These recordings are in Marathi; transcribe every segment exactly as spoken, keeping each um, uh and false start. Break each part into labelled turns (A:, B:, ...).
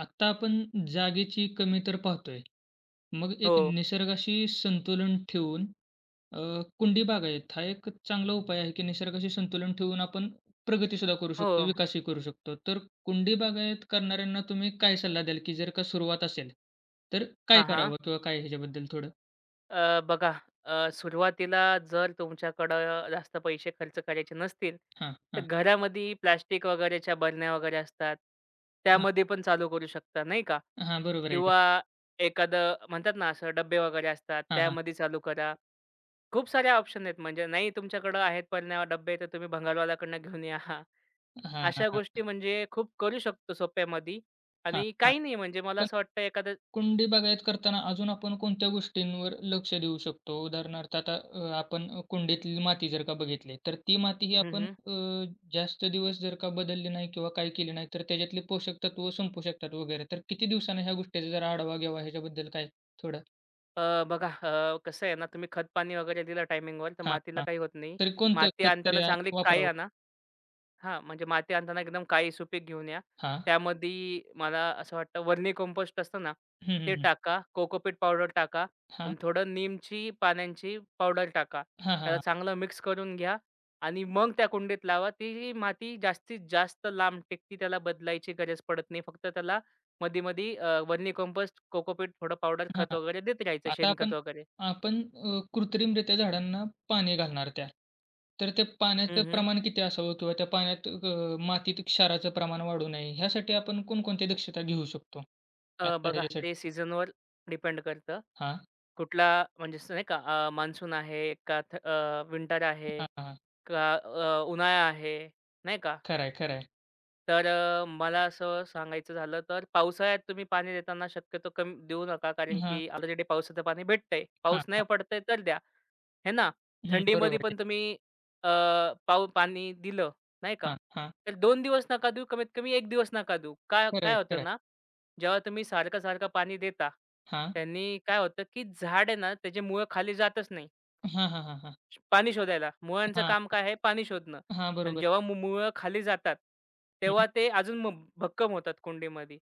A: आत्ता आपण जागेची कमी तर पाहतोय. मग
B: हो,
A: एक निसर्गाशी संतुलन ठेवून अ, कुंडी बागायत हा एक चांगला उपाय आहे, की निसर्गाशी संतुलन ठेवून आपण प्रगतीसुद्धा करू
B: हो.
A: शकतो, विकासही करू शकतो. तर कुंडी बागायत करणाऱ्यांना तुम्ही काय सल्ला द्याल, की जर का सुरुवात असेल, तर काय
B: हां, हां.
A: करावं किंवा काय ह्याच्याबद्दल थोडं?
B: अ, बघा. अ, सुरुवातीला जर तुमच्याकडं जास्त पैसे खर्च करायचे नसतील,
A: हां,
B: तर
A: हां,
B: घरामध्ये प्लास्टिक वगैरेच्या बरण्या वगैरे असतात.
A: हां.
B: त्यामध्ये पण चालू करू शकता, नाही का?
A: हां, बरोबर आहे की.
B: किंवा एखादं म्हणतात ना, असं डब्बे वगैरे असतात,
A: हां, हां.
B: त्यामध्ये चालू करा. खूप सारे ऑप्शन आहेत. म्हणजे नाही तुमच्याकडं आहेत बरण्या, डब्बे, तर तुम्ही भंगारवाल्याकडनं घेऊन या.
A: हां, हां,
B: अशा
A: हां.
B: गोष्टी म्हणजे खूप करू शकतो सोप्यामध्ये
A: हां,
B: आणि
A: हां.
B: काही नाही म्हणजे मला असं वाटतं एखादं.
A: कुंडी बागायत करताना अजून आपण कोणत्या गोष्टींवर लक्ष देऊ शकतो? उदाहरणार्थ आता अ, आपण अ, कुंडीतली माती जर का बघितली, तर ती माती ही आपण अ, जास्त दिवस जर का बदलली नाही किंवा काय केली नाही, तर त्याच्यातली पोषक तत्व संपू शकतात वगैरे. तर किती दिवसानं ह्या गोष्टीचा जरा आढावा घ्यावा ह्याच्याबद्दल काय थोडं?
B: अ, बघा. अ, कसं आहे ना, तुम्ही खत-पाणी वगैरे दिलं टायमिंगवर, तर
A: हां,
B: मातीला
A: हां.
B: काही होत नाही.
A: तर कोणतं
B: माती
A: खत
B: आणताना
A: तरी अ,
B: चांगली काळी
A: वापरावं?
B: आणा. हां, म्हणजे माती आणताना एकदम काळी सुपीक घेऊन या.
A: हां.
B: त्यामध्ये मला असं वाटतं वर्मी कंपोस्ट असतं ना,
A: हं,
B: ते
A: हं, हं.
B: टाका, कोकोपीट पावडर टाका
A: हां.
B: आणि थोडं नीमची पानांची पावडर टाका.
A: हां, हां,
B: त्याला
A: हां.
B: चांगलं मिक्स करून घ्या आणि मग त्या कुंडीत लावा. ती माती जास्तीत जास्त लांब टिकती. त्याला बदलायची गरज पडत नाही. फक्त त्याला मधी-मधी वर्मी कंपोस्ट, कोकोपीट थोडं पावडर
A: हां,
B: खत
A: हां.
B: वगैरे देत राहायचं
A: आता
B: शेणखत
A: आपण
B: वगैरे.
A: आपण अ, कृत्रिमरित्या झाडांना पाणी घालणार त्या. तर त्या पाण्याचं प्रमाण किती असावं किंवा त्या पाण्यात अ, मातीत क्षाराचं प्रमाण वाढू नये, ह्यासाठी आपण कोणकोणती दक्षता घेऊ शकतो?
B: अ,
A: आता
B: बघा
A: ह्याच्यासाठी
B: ते सीझनवर डिपेंड करतं.
A: हां,
B: कुठला म्हणजे असं नाही का अ, मान्सून आहे का थ विंटर आहे
A: हां, हां.
B: का अ, उन्हाळा आहे, नाही का?
A: खरं आहे, खरं आहे.
B: तर अ, मला असं सांगायचं झालं तर पावसाळ्यात तुम्ही पाणी देताना शक्यतो कमी देऊ नका कारण
A: हां,
B: की ऑलरेडी पावसाचं पाणी भेटतंय.
A: हां,
B: पाऊस नाही
A: हां.
B: पडतंय तर द्या. हे ना?
A: हं, बरोबर
B: थंडीमध्ये
A: आहे.
B: पण तुम्ही अ, पाऊ पाणी दिलं, नाही का?
A: हां, हां.
B: तर दोन दिवस नका देऊ, कमीत कमी एक दिवस नका देऊ. काय
A: खरं
B: काय
A: आहे, खरं
B: होतं ना,
A: आहे.
B: जेव्हा तुम्ही सारखं-सारखं पाणी देता,
A: हां.
B: त्यांनी काय होतं, की झाड आहे ना, त्याची मुळं खाली जातच नाही.
A: हां, हां, हां, हां.
B: श- पाणी शोधायला. मुळांचं
A: हां,
B: काम काय आहे? पाणी शोधणं.
A: हां,
B: आणि
A: बरोबर.
B: जेव्हा मु मुळं खाली जातात,
A: हं.
B: तेव्हा ते अजून मग भक्कम होतात कुंडीमध्ये,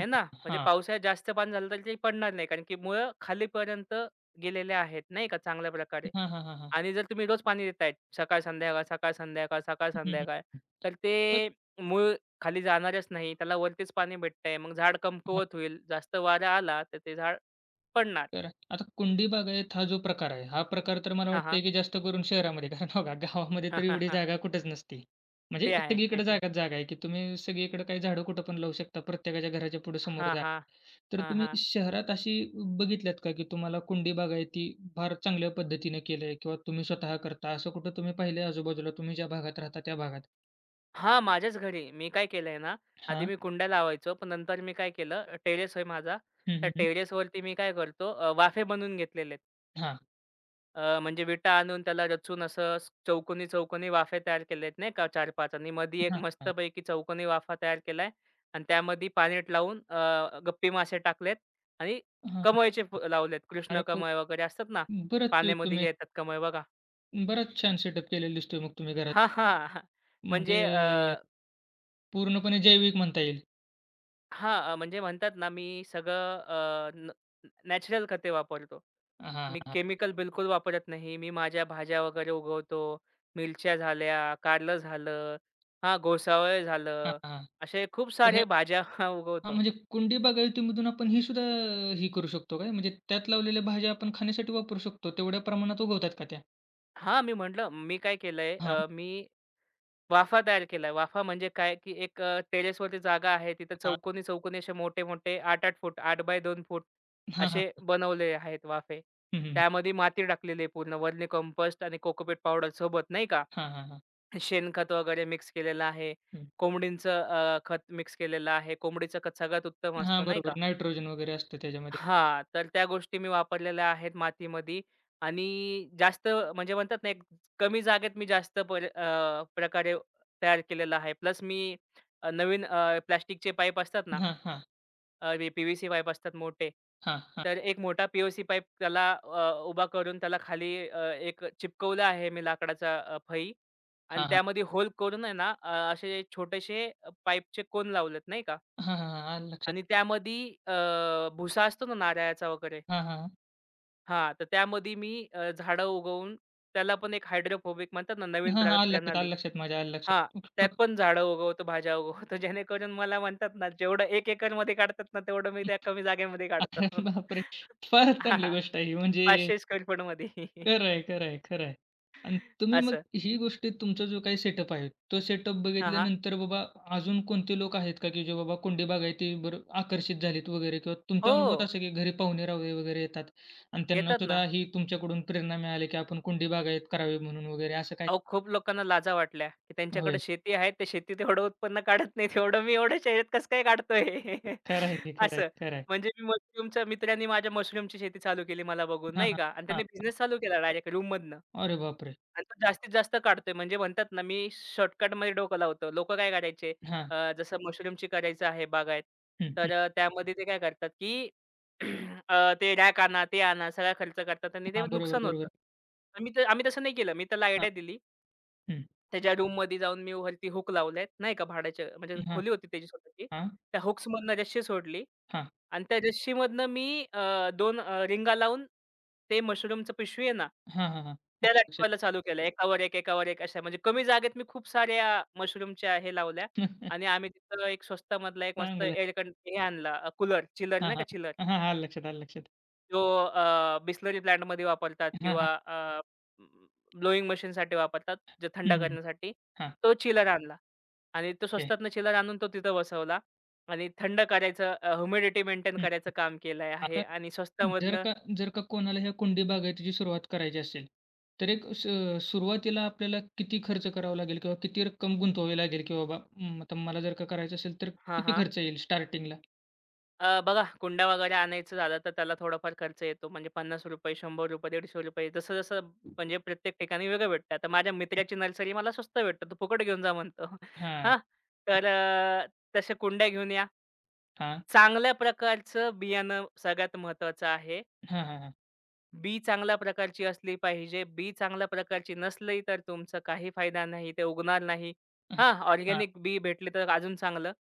B: है ना. म्हणजे
A: हां.
B: पावसाळ्यात जास्त पाणी झालं तर ते पडणार नाही कारण की मुळं खालीपर्यंत गेलेले आहेत, नाही का, चांगल्या प्रकारे.
A: हां, हां, हां, हां.
B: आणि जर तुम्ही रोज पाणी देताय सकाळ, संध्याकाळ, सकाळ, संध्याकाळ, सकाळ,
A: हं, हं.
B: संध्याकाळ, तर
A: हं.
B: ते मूळ खाली जाणारच नाही. त्याला वरतीच पाणी भेटतंय. मग झाड कमकुवत होईल. जास्त वारा आला तर ते झाड पडणार.
A: तर आता कुंडी बागायत हा जो प्रकार आहे, हा प्रकार तर मला
B: हां, हां.
A: वाटतंय की जास्त करून शहरामध्ये कारण बघा गावामध्ये तर एवढी जागा कुठेच नसते.
B: ते
A: म्हणजे
B: आहे.
A: सगळीकडे जागाच जागा आहे, की तुम्ही सगळीकडे काही झाडं कुठं पण लावू शकता. प्रत्येकाच्या घराच्या पुढे समोर
B: हां, हां.
A: जागा. तर
B: हां,
A: तुम्ही
B: हां.
A: शहरात अशी बघितल्यात का, की तुम्हाला कुंडी बागायती फार चांगल्या पद्धतीने केलंय किंवा तुम्ही स्वतः करता असं कुठं तुम्ही पाहिलंय आजूबाजूला तुम्ही ज्या भागात राहता त्या भागात?
B: हां, माझ्याच घरी. मी काय केलंय ना, आधी
A: हां.
B: मी कुंड्या लावायचो, पण नंतर मी काय केलं टेरेस आहे माझा.
A: हं,
B: त्या
A: हं, हं.
B: टेरेसवरती मी काय करतो अ, वाफे बनवून घेतलेले आहेत.
A: हां.
B: अ, म्हणजे विटा आणून त्याला रचून असं चौकोनी-चौकोनी वाफे तयार केले आहेत नाही का चार पाच आणि मधी एक
A: हां, हां.
B: मस्तपैकी चौकोनी वाफा तयार केलाय आणि त्यामध्ये पाणीट लावून अ, गप्पी मासे टाकलेत आणि
A: हां, हां.
B: कमळचे फु लावलेत. कृष्ण
A: अरे, ब-
B: कमळ वगैरे असतात ना,
A: बरंच
B: पाण्यामध्ये जे
A: तुम्ही
B: येतात कमळ बघा.
A: बराच छान सेटअप केलेला दिसतोय मग तुम्ही घरात.
B: हां, हां. म्हणजे
A: म्हणजे पूर्णपणे जैविक म्हणता येईल.
B: हां, अ, म्हणजे म्हणतात ना, मी सगळं नॅचरल खते वापरतो.
A: हां, हां,
B: मी
A: हां,
B: केमिकल बिलकुल वापरत नाही. मी माझ्या भाज्या वगैरे उगवतो. मिरच्या झाल्या, कारलं झालं, हां, घोसावळ
A: हां,
B: झालं,
A: हां.
B: असे खूप
A: तर
B: सारे
A: ह्या
B: भाज्या
A: हां,
B: उगवतो.
A: म्हणजे कुंडी बागायतीमधून आपण ही सुद्धा ही करू शकतो काय? म्हणजे त्यात लावलेल्या भाज्या आपण खाण्यासाठी वापरू शकतो. तेवढ्या प्रमाणात उगवतात का त्या?
B: हां, मी म्हटलं मी काय केलंय
A: हां,
B: अ, मी वाफा तयार केलाय. वाफा म्हणजे काय, की एक अ, terrace वरती जागा आहे. तिथं
A: हां,
B: चौकोनी-चौकोनी असे मोठे-मोठे आठ आठ फूट, आठ बाय दोन फूट
A: हां, हां.
B: असे बनवले आहेत वाफे.
A: हं, हं.
B: त्यामध्ये माती टाकलेली आहे पूर्ण. वर्मी कंपोस्ट आणि कोकोपीट पावडर सोबत नाही का.
A: हां, हां, हां.
B: शेणखत वगैरे मिक्स केलेलं आहे.
A: हं.
B: कोंबडीचं अ, खत मिक्स केलेलं आहे. कोंबडीचं खत सगळ्यात उत्तम
A: हां,
B: असतं नाही का.
A: बरोबर. नायट्रोजन वगैरे असतं त्याच्यामध्ये.
B: हां, तर त्या गोष्टी मी वापरलेल्या आहेत मातीमध्ये आणि जास्त म्हणजे म्हणतात ना, एक कमी जागेत मी जास्त पर अ, प्रकारे तयार केलेला आहे. प्लस मी अ, नवीन प्लास्टिकचे पाईप असतात ना,
A: हां, हां,
B: अ, पी-व्ही-सी पाईप असतात मोठे.
A: हां, हां,
B: तर एक मोठा पी-ओ-सी पाईप त्याला अ, उभा करून त्याला खाली अ, एक चिपकवलं आहे मी लाकडाचा अ, फळी आणि
A: हां, हां.
B: त्यामध्ये होल करून आहे ना, अ, असे छोटेसे पाईपचे कोन लावलेत नाही का
A: हां, हां, हां. आलं लक्षात.
B: आणि त्यामध्ये अ, भुसा असतो ना नारळाचा वगैरे.
A: हां, हां.
B: हां, तर त्यामध्ये मी अ, झाडं उगवून त्याला पण एक हायड्रोफोबिक म्हणतात ना, नवीन
A: हां,
B: प्र
A: हां. आलं लक्षात,
B: प्रणाली.
A: आलं लक्षात माझ्या, आलं
B: हां,
A: लक्षात.
B: त्यात पण झाडं उगवतो, भाज्या उगवतो जेणेकरून मला म्हणतात ना, जेवढं एक एकरमध्ये काढतात ना, तेवढं मी त्या कमी जागेमध्ये
A: अरे
B: काढतो.
A: बापरे! फारच
B: हां,
A: चांगली
B: हां.
A: गोष्ट आहे ही म्हणजे
B: पाचशे स्क्वेअर फूटमध्ये
A: खरं आहे, खरं आणि तुम्ही मग
B: असं.
A: ही गोष्ट तुमचा जो काही सेटअप आहे, तो सेटअप
B: हां, हां.
A: बघितल्यानंतर बाबा अजून कोणते लोक आहेत का, की जे बाबा कुंडी बागायतीवर आकर्षित झालेत वगैरे किंवा तुमच्या अनुभवात
B: हो,
A: असं की घरी पाहुणे-रावळे वगैरे येतात आणि त्यांना
B: येतात ना.
A: सुद्धा ही तुमच्याकडून प्रेरणा मिळाली, की आपण कुंडी बागायत करावी म्हणून वगैरे असं काय?
B: अहो, खूप लोकांना लाजा वाटल्या, की त्यांच्याकडे
A: होय.
B: शेती आहे. ते शेतीत एवढं उत्पन्न काढत नाहीत. एवढं मी एवढं शहरात कसं काय काढतोय?
A: खरं आहे की, खरं आहे,
B: असं.
A: खरं आहे.
B: म्हणजे मी मशरूमच्या मित्रांनी माझ्या मशरूमची शेती चालू केली मला बघून,
A: हां,
B: नाही
A: हां,
B: का? आणि त्यांनी
A: हां.
B: बिझनेस चालू केला डायरेक्ट रूममधनं
A: अरे बापरे!
B: आणि तो जास्तीत जास्त काढतोय. म्हणजे म्हणतात ना, मी शॉर्टकटमध्ये डोकं लावतो. लोकं काय करायचे
A: हां.
B: अ, जसं मशरूमची करायचं आहे बागायत,
A: हं,
B: तर
A: हं.
B: अ, त्यामध्ये ते काय करतात, की अ, ते रॅक आणा, ते आणा, सगळा खर्च करतात आणि ते
A: हां, बरोबर,
B: नुकसान होतं.
A: बरोबर.
B: तर मी तर आम्ही तसं नाही केलं. मी त्याला
A: हां,
B: आयडिया दिली
A: हं.
B: त्याच्या रूममध्ये जाऊन मी वरती हुक लावलेत, नाही का भाड्याच्या म्हणजे
A: हां, हां,
B: खोली होती त्याची स्वतःची.
A: हां.
B: त्या हूक्समधनं रस्सी सोडली आणि त्या रस्सीमधनं मी अ, दोन अ, रिंगा लावून ते मशरूमचं पिशवी आहे ना,
A: हां, हां, हां. हां.
B: त्या
A: लक्षात.
B: लटकवायला चालू केलं. एकावर एक, एकावर एक अशा म्हणजे कमी जागेत मी खूप साऱ्या मशरूमच्या हे लावल्या आणि आम्ही तिथं एक स्वस्तामधला एक मस्त
A: चांगलं.
B: एअर कंड हे आणला कूलर चिलर
A: हां,
B: नाही का
A: हां.
B: चिलर.
A: हां, हां. लक्षात आलं, लक्षात.
B: तो अ, बिसलरी प्लांटमध्ये वापरतात
A: हां, हां.
B: किंवा अ, ब्लोइंग मशीनसाठी वापरतात, जे थंड
A: हं, हं.
B: करण्यासाठी.
A: हां,
B: तो चिलर आणला आणि तो
A: ते.
B: स्वस्तातनं चिलर आणून तो तिथं बसवला आणि थंड करायचं ह्युमिडिटी मेंटेन
A: हं.
B: करायचं काम केलं आहे
A: आता
B: आणि
A: जर
B: स्वस्तामधलं.
A: का जर का कोणाला ह्या कुंडी बागायतीची सुरुवात करायची असेल, तर एक स सुरुवातीला आपल्याला किती खर्च करावा लागेल किंवा किती रक्कम गुंतवावी लागेल, की बाबा म आता मला जर का करायचं असेल तर
B: हां,
A: किती
B: हां.
A: खर्च येईल स्टार्टिंगला?
B: अ, बघा कुंड्या वगैरे आणायचं झालं तर त्याला थोडाफार खर्च येतो. म्हणजे ₹पन्नास रुपये, ₹शंभर रुपये, ₹दीडशे रुपये जसं-जसं म्हणजे प्रत्येक ठिकाणी वेगळं भेटतं. आता माझ्या मित्राची नर्सरी मला स्वस्त भेटतं. "तू फुकट घेऊन जा" म्हणतो.
A: हां,
B: हां. तर अ, तशा कुंड्या घेऊन या.
A: हां.
B: चांगल्या प्रकारचं बियाणं सगळ्यात महत्त्वाचं आहे.
A: हां, हां, हां.
B: बी चांगल्या प्रकारची असली पाहिजे. बी चांगल्या प्रकारची नसली तर तुमचा काही फायदा नाही. ते उगणार नाही.
A: हां,
B: हां,
A: हां.
B: ऑर्गेनिक बी भेटले तर अजून चांगलं.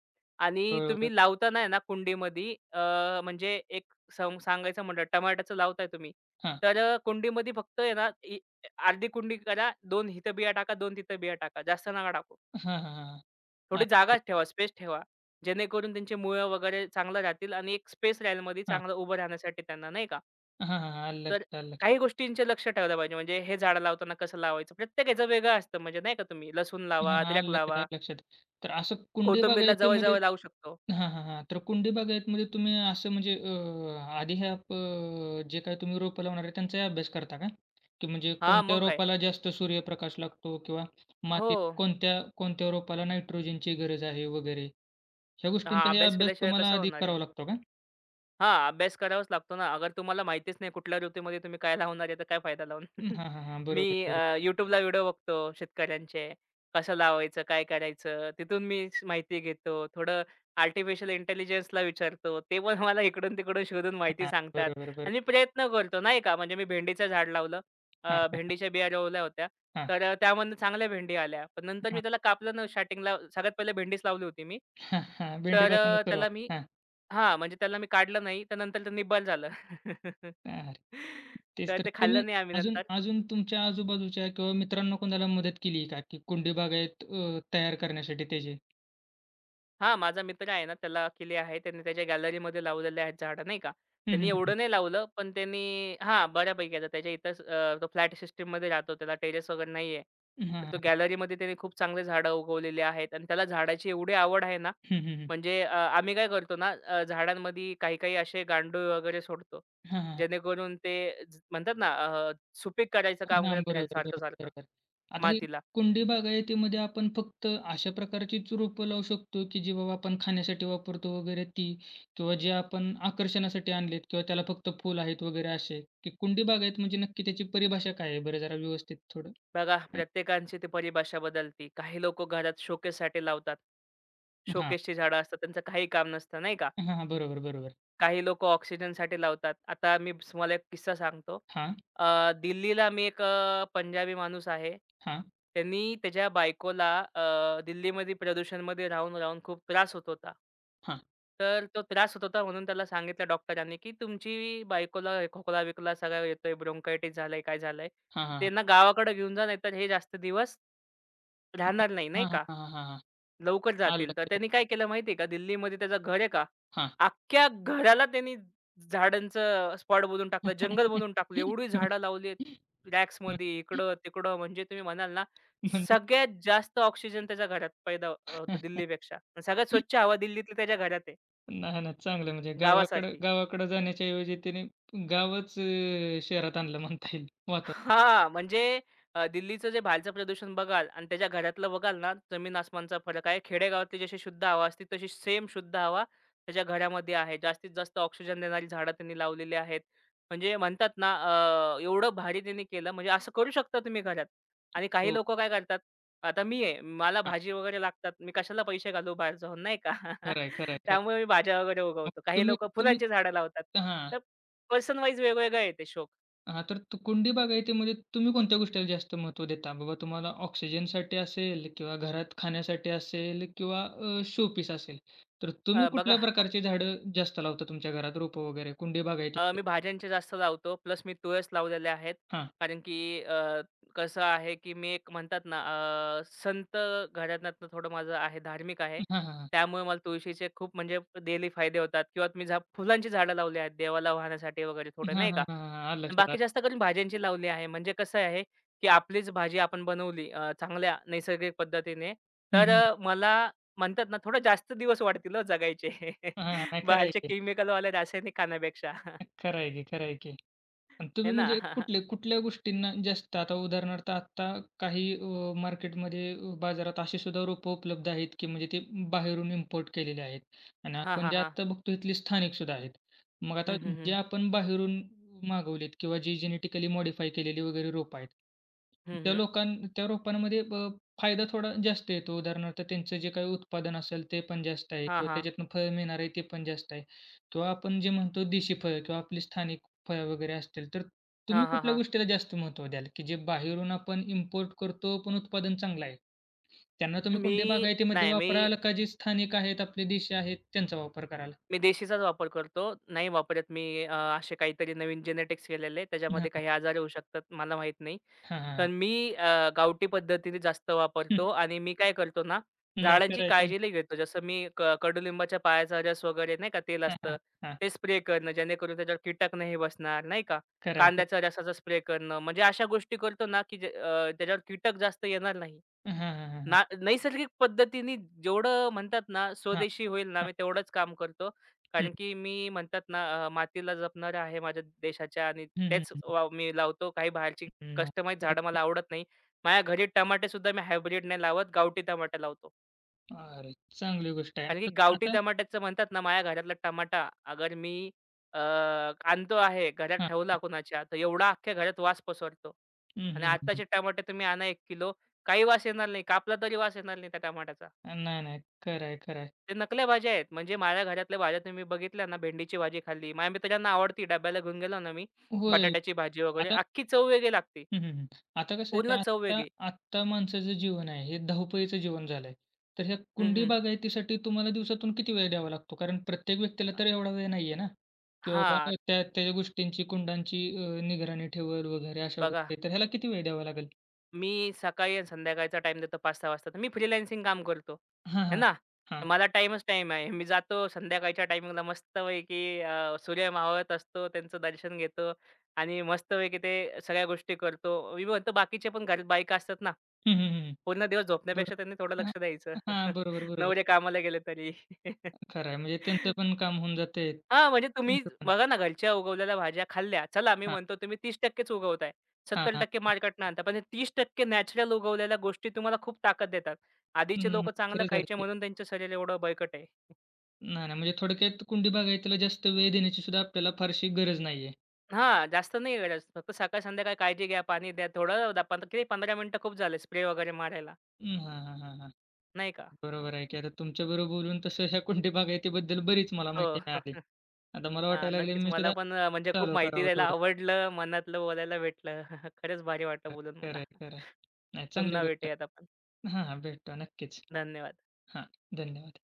B: आणि
A: बरोबर.
B: तुम्ही लावताना आहे ना कुंडीमध्ये अ, म्हणजे एक सम सांगायचं म्हटलं टमाट्याचं लावताय तुम्ही,
A: हां.
B: तर अ, कुंडीमध्ये फक्त आहे ना, इ अर्धी कुंडी करा, दोन इथं बिया टाका, दोन तिथं बिया टाका. जास्त नका टाकू.
A: हां, हां, हां, हां.
B: थोडी जागा
A: अच्छा.
B: ठेवा, स्पेस ठेवा. जेणेकरून त्यांची मुळं वगैरे चांगलं राहतील आणि एक स्पेस राहील मध्ये
A: हां.
B: चांगलं उभं राहण्यासाठी त्यांना, नाही का.
A: हां, हां, हां. आलं
B: तर
A: लक्षात, आलं लक्षात.
B: काही गोष्टींचे लक्ष ठेवलं पाहिजे. म्हणजे हे झाडं लावताना कसं लावायचं? प्रत्येकाचं वेगळं असतं म्हणजे नाही का तुम्ही लसूण
A: हां,
B: लावा,
A: हां.
B: अद्रक
A: आलं लक्षात,
B: लावा,
A: आलं लक्षात. तर असं कुंडी
B: कोथिंबीरला
A: बागायतीमध्ये
B: जवळ-जवळ लावू शकतो.
A: हां, हां, हां. तर कुंडी बागायतमध्ये तुम्ही असं म्हणजे अ, आधी ह्या प जे काही तुम्ही रोपं लावणार आहे त्यांचाही अभ्यास करता का? की म्हणजे
B: हां,
A: कोणत्या
B: मग काय.
A: रोपाला जास्त सूर्यप्रकाश लागतो किंवा
B: हो.
A: मातीत कोणत्या कोणत्या रोपाला नायट्रोजनची गरज आहे वगैरे ह्या
B: हां,
A: गोष्टींचाही
B: अभ्यास
A: अभ्यास
B: केल्याशिवाय
A: तुम्हाला
B: कसं
A: आधी
B: होणार आहे?
A: करावा लागतो का?
B: हां, अभ्यास करावाच लागतो ना. अगर तुम्हाला माहितीच नाही कुठल्या ऋतूमध्ये तुम्ही काय लावणार आहे, तर काय फायदा लावून.
A: हां, हां, हां. बरोबर,
B: मी अ,
A: बरोबर.
B: YouTubeला व्हिडिओ बघतो शेतकऱ्यांचे. कसं लावायचं, काय करायचं? तिथून मी स- माहिती घेतो. थोडं आर्टिफिशियल इंटेलिजन्सला विचारतो. ते पण मला इकडून-तिकडून शोधून माहिती
A: हां,
B: सांगतात
A: बरोबर, बरोबर.
B: आणि मी प्रयत्न करतो नाही का. म्हणजे मी भेंडीचं झाड लावलं. अ,
A: हां,
B: भेंडीच्या बिया रोवल्या होत्या.
A: हां,
B: तर अ, त्यामधनं चांगल्या भेंडी आल्या. पण नंतर मी
A: हां,
B: त्याला कापलं ना स्टार्टिंगला. सगळ्यात पहिले भेंडीच लावली होती मी.
A: हां, हां.
B: तर
A: भेंडीपासूनच
B: अ,
A: सुरुवात.
B: त्याला मी हां, म्हणजे त्याला मी काढलं नाही. तर नंतर ते निब्बल झालं.
A: अरे! तेच
B: तर
A: तर.
B: ते
A: तुम्ही
B: खाल्लं नाही आम्ही
A: अजून
B: नंतर.
A: अजून तुमच्या आजूबाजूच्या किंवा मित्रांना कोणाला मदत केली आहे का? की कुंडी बागायत अ, तयार करण्यासाठी त्याची?
B: हां, माझा मित्र आहे ना, त्याला किले आहे. त्याने त्याच्या गॅलरीमध्ये लावलेले आहेत झाडं नाही का.
A: हं,
B: त्यांनी
A: हं, हं.
B: एवढं नाही लावलं, पण त्यांनी हां, बऱ्यापैकी आता त्याच्या इथंच अ, तो फ्लॅट सिस्टममध्ये राहतो. त्याला टेरेस वगैरे नाहीये.
A: हां,
B: तर तो
A: हां.
B: गॅलरीमध्ये त्याने खूप चांगले झाडं उगवलेली आहेत आणि त्याला झाडाची एवढी आवड आहे ना,
A: हं, हं, हं.
B: म्हणजे अ, आम्ही काय करतो ना, अ, झाडांमध्ये काही-काही असे गांडूळ वगैरे सोडतो.
A: हां, हां.
B: जेणेकरून ते ज- म्हणतात ना, अ, सुपीक करायचं काम
A: हां.
B: करत राहील
A: बरोबर, बरोबर,
B: सारखं-सारखं
A: बरोबर. आता ही
B: मातीला.
A: कुंडी बागायतीमध्ये आपण फक्त अशा प्रकारचीच रोपं लावू शकतो, की जी बाबा आपण खाण्यासाठी वापरतो वगैरे ती किंवा जे आपण आकर्षणासाठी आणलेत किंवा त्याला फक्त फुल आहेत वगैरे असे, की कुंडी बागायत म्हणजे नक्की त्याची परिभाषा काय आहे बरं जरा व्यवस्थित थोडं?
B: बघा,
A: हं.
B: प्रत्येकांची ती परिभाषा बदलती. काही लोकं घरात शोकेससाठी लावतात.
A: हां.
B: शोकेसची झाडं असतात, त्यांचं काही काम नसतं नाही का?
A: हां, हां. बरोबर, बरोबर.
B: काही लोकं ऑक्सिजनसाठी लावतात. आता मी स- तुम्हाला एक किस्सा सांगतो.
A: हां.
B: अ, दिल्लीला मी एक अ, पंजाबी माणूस आहे.
A: हां,
B: त्यांनी त्याच्या बायकोला अ, दिल्लीमध्ये प्रदूषणमध्ये राहून-राहून खूप त्रास होत होता.
A: हां.
B: तर तो त्रास होत होता म्हणून त्याला सांगितलं डॉक्टरांनी, की तुमची बायकोला खोकला-बिकला सगळा येतोय, ब्रोंकायटिस झालंय, काय झालंय.
A: हां, हां, हां.
B: त्यांना गावाकडे घेऊन जा, नाहीतर हे जास्त दिवस राहणार नाही, नाही
A: हां, हां,
B: का?
A: हां, हां, हां.
B: लवकर
A: आलं
B: जातील. तर
A: लक्षात.
B: त्यांनी काय केलं माहिती का? दिल्लीमध्ये त्याचं घर आहे का,
A: हां.
B: अख्ख्या घराला त्यांनी झाडांचं स्पॉट बनवून टाकलं, जंगल बनवून टाकलं. एवढी झाडं लावली आहेत. रॅक्समध्ये इकडं-तिकडं म्हणजे तुम्ही म्हणाल ना,
A: म्हणजे
B: सगळ्यात जास्त ऑक्सिजन त्याच्या घरात पैदा होतो दिल्लीपेक्षा. आणि सगळ्यात स्वच्छ हवा दिल्लीतली त्याच्या घरात आहे,
A: नाही, नाही. चांगलं म्हणजे गावाकडं
B: गावासारखी.
A: गावाकडं जाण्याच्या ऐवजी त्याने गावच अ, शहरात आणलं म्हणता येईल वातावरण.
B: हां, म्हणजे अ, दिल्लीचं जे बाहेरचं प्रदूषण बघाल आणि त्याच्या घरातलं बघाल ना, जमीन आसमानचा फरक आहे. खेडेगावातली जशी शुद्ध हवा असते, तशी सेम शुद्ध हवा त्याच्या घरामध्ये आहे. जास्तीत जास्त ऑक्सिजन देणारी झाडं त्यांनी लावलेली आहेत. म्हणजे म्हणतात ना, अ, एवढं भारी त्यांनी केलं, म्हणजे असं करू शकता तुम्ही घरात. आणि काही
A: हो.
B: लोकं काय करतात, आता मी आहे, मला
A: हां.
B: भाजी वगैरे लागतात. मी कशाला पैसे घालू बाहेर जाऊन, नाही का?
A: खरं आहे, खरं आहे, खरं आहे.
B: त्यामुळे मी भाज्या वगैरे
A: मग
B: उगवतो. काही
A: तुम्ही
B: लोकं
A: तुम्ही
B: फुलांची झाडं लावतात.
A: हां.
B: तर पर्सन वाईज वेगवेगळं आहे ते शौक.
A: हां, तर तु कुंडी बागायतीमध्ये तुम्ही कोणत्या गोष्टीला जास्त महत्त्व देता? बाबा तुम्हाला ऑक्सिजनसाठी असेल किंवा घरात खाण्यासाठी असेल किंवा अ, शोपीस असेल. तर तुम्ही
B: अ,
A: कुठल्या
B: बघा.
A: प्रकारची झाडं जास्त लावता तुमच्या घरात? रोपं वगैरे कुंडी
B: अ, मी
A: बागायतीमध्ये?
B: भाज्यांचे जास्त लावतो. प्लस मी तुळस लावलेल्या आहेत.
A: हां.
B: कारण की अ, कसं आहे, की मी एक म्हणतात ना अ, संत घराण्यातनं थोडं माझं आहे, धार्मिक आहे.
A: हां, हां, हां.
B: त्यामुळे मला तुळशीचे खूप म्हणजे डेली फायदे होतात किंवा मी झा फुलांची झाडं लावली आहेत देवाला वाहण्यासाठी वगैरे थोडं
A: हां,
B: नाही का.
A: हां, हां, हां. आलं
B: आणि
A: लक्षात
B: बाकी जास्त
A: आलं.
B: करून भाज्यांची लावली आहे. म्हणजे कसं आहे, की आपलीच भाजी आपण बनवली अ, चांगल्या नैसर्गिक पद्धतीने, तर
A: हं, हं.
B: अ, मला म्हणतात ना थोडं जास्त दिवस वाढतील हो जगायचे.
A: हां, हां. नाही खरं आहे
B: बाहेरचे
A: की.
B: केमिकलवाले रासायनिक खाण्यापेक्षा.
A: खरं आहे की, खरं आहे की. आणि
B: आहे
A: तुम्ही
B: ना.
A: म्हणजे कुठले कुठल्या गोष्टींना जास्त आता उदाहरणार्थ आता काही अ, मार्केटमध्ये अ, बाजारात अशी सुद्धा रोपं उपलब्ध आहेत की म्हणजे ते बाहेरून इम्पोर्ट केलेले आहेत आणि
B: हां,
A: आपण
B: हां,
A: जे
B: हां.
A: आता बघतो इथली स्थानिक सुद्धा आहेत. मग आता
B: हं, हं,
A: जे
B: हं.
A: आपण बाहेरून मागवलेत किंवा जी जेनेटिकली मॉडिफाय केलेली वगैरे रोपं आहेत,
B: हं,
A: त्या
B: हं.
A: लोकां त्या रोपांमध्ये अ, फायदा थोडा जास्त येतो. उदाहरणार्थ त्यांचं जे काही उत्पादन असेल ते पण जास्त आहे
B: हां,
A: किंवा
B: हां.
A: त्याच्यातनं फळ मिळणार आहे ते पण जास्त आहे. किंवा आपण जे म्हणतो देशी फळं किंवा आपली स्थानिक फळं वगैरे असतील, तर तुम्ही
B: हां, हां,
A: कुठल्या
B: हां.
A: गोष्टीला जास्त महत्त्व द्याल, की जे बाहेरून आपण इम्पोर्ट करतो, पण उत्पादन चांगलं आहे? त्यांना तुम्ही
B: मी
A: कोणत्या बागायतीमध्ये
B: नाही मी
A: वापराल का जे स्थानिक आहेत, आपले देशी आहेत, त्यांचा वापर कराल?
B: मी देशीचाच वापर करतो. नाही वापरत मी अ, असे काहीतरी नवीन जेनेटिक्स केलेले त्याच्यामध्ये
A: हां,
B: काही आजार होऊ शकतात मला माहीत नाही.
A: हां, हां,
B: पण मी अ, गावठी पद्धतीने जास्त
A: हं.
B: वापरतो आणि मी काय करतो ना,
A: नाही
B: झाडांची
A: करायचं.
B: काळजी लई घेतो. जसं मी क कडुलिंबाच्या पायाचा रस वगैरे नाही का तेल
A: हां, हां,
B: असतं,
A: हां.
B: ते स्प्रे करणं जेणेकरून त्याच्यावर कीटक नाही बसणार नाही का.
A: खरं
B: कांद्याच्या रसाचा स्प्रे करणं म्हणजे अशा गोष्टी करतो ना, की जे अ, त्याच्यावर कीटक जास्त येणार नाही.
A: हां, हां, हां, हां.
B: ना नैसर्गिक पद्धतीने जेवढं म्हणतात ना,
A: हां,
B: स्वदेशी होईल ना, मी
A: हां.
B: तेवढंच काम करतो.
A: हं.
B: कारण की मी म्हणतात ना, अ, मातीला जपणारा आहे माझ्या देशाच्या आणि
A: हं, हं,
B: तेच
A: हं.
B: वाव मी लावतो. काही बाहेरची
A: नाही
B: कस्टमाइज झाडं
A: करायची.
B: मला आवडत नाही. माझ्या घरी टमाटेसुद्धा मी हायब्रिड नाही लावत, गावठी टमाटे लावतो.
A: अरे, चांगली गोष्ट आहे.
B: कारण की
A: आता
B: गावठी
A: आता
B: टमाट्याचं म्हणतात ना, माझ्या घरातला टमाटा अगर मी अ, आणतो आहे, घरात
A: हां,
B: ठेवला
A: हां.
B: कुणाच्या, तर एवढा अख्ख्या घरात वास पसरतो.
A: हं,
B: आणि
A: हं, हं, हं.
B: आत्ताचे टमाटे तुम्ही आणा एक किलो, काही वास येणार नाही. कापला तरी वास येणार नाही त्या टमाट्याचा.
A: नाही, नाही. खरं आहे, खरं आहे.
B: ते नकल्या भाज्या आहेत. म्हणजे माझ्या घरातल्या भाज्या तुम्ही बघितल्या ना, भेंडीची भाजी खाल्ली. माझ्या मित्रांना आवडती डब्याला घेऊन गेलो ना मी,
A: होय.
B: बटाट्याची भाजी वगैरे,
A: आता
B: अख्खी चव वेगळी लागते.
A: हं, हं, हं. आता कसं आहे, की
B: पूर्ण चव
A: आत्ता
B: वेगळी.
A: आत्ता माणसाचं जीवन आहे, हे धावपळीचं जीवन झालंय. तर ह्या
B: हं,
A: कुंडी
B: हं.
A: बागायतीसाठी तुम्हाला दिवसातून किती वेळ द्यावा लागतो? कारण प्रत्येक व्यक्तीला तर एवढा वेळ नाहीये ना, की बाबा
B: हां,
A: त्या त्या गोष्टींची, कुंडांची अ, निगराणी ठेवल वगैरे अशा
B: बघा.
A: गोष्टी. तर ह्याला किती वेळ द्यावा लागेल?
B: मी सकाळी आणि संध्याकाळचा टाईम देतो पाच सहा वाजता. तर मी फ्रीलान्सिंग काम करतो,
A: हां,
B: आहे
A: हां.
B: ना. तर
A: हां.
B: मला टाईमच टाईम आहे. मी जातो संध्याकाळच्या टायमिंगला मस्तपैकी अ, सूर्य मावळत असतो, त्यांचं दर्शन घेतो आणि मस्तपैकी ते सगळ्या गोष्टी करतो. मी म्हणतो बाकीचे पण घरात बायका असतात ना,
A: हं, हं, हं.
B: पूर्ण दिवस झोपण्यापेक्षा
A: बरं.
B: त्यांनी थोडं
A: हां.
B: लक्ष द्यायचं.
A: हां. बरोबर, बरोबर.
B: नवरे कामाला गेले तरी.
A: खरं आहे. म्हणजे त्यांचं पण काम होऊन जातंय,
B: हां, म्हणजे तुम्ही
A: तुमचं पण.
B: बघा ना घरच्या उगवलेल्या भाज्या खाल्ल्या. चला मी
A: हां.
B: म्हणतो तुम्ही तीस टक्के च उगवताय.
A: हां, हां.
B: सत्तर टक्के मार्केटनं आणता. पण हे तीस टक्के नॅचरल उगवलेल्या गोष्टी तुम्हाला खूप ताकद देतात. आधीचे
A: हं,
B: लोकं चांगलं
A: खरंच
B: खायचे
A: आहे.
B: म्हणून त्यांचं शरीर एवढं बळकट आहे.
A: नाही, नाही. म्हणजे थोडक्यात कुंडी बागायतीला जास्त वेळ देण्याची सुद्धा आपल्याला फारशी गरज नाहीये.
B: हां, जास्त नाही गरज. फक्त सकाळ संध्याकाळ काळजी घ्या, पाणी द्या. थोडं दा पंध किती पंधरा मिनिटं खूप झाले स्प्रे वगैरे मारायला,
A: अं, हां, हां, हां, हां.
B: नाही का?
A: बरोबर आहे की आता तुमच्याबरोबर बोलून तसं ह्या कुंडी बागायतीबद्दल बरीच मला
B: हो.
A: माहिती मिळाली. आता मला
B: हां,
A: वाटायला लागले
B: नक्कीच.
A: मी
B: मला
A: सुद्धा
B: पण अ, म्हणजे खूप
A: चालू
B: माहिती
A: करावं
B: द्यायला
A: थोडं.
B: आवडलं. मनातलं बोलायला भेटलं. खरंच भारी वाटलं बोलून मला.
A: खरं आहे, खरं आहे. नाही चांगली
B: पुन्हा
A: गोष्ट
B: भेटूयात आपण.
A: आहे. हां, हां. भेटतो नक्कीच.
B: धन्यवाद.
A: हां, धन्यवाद.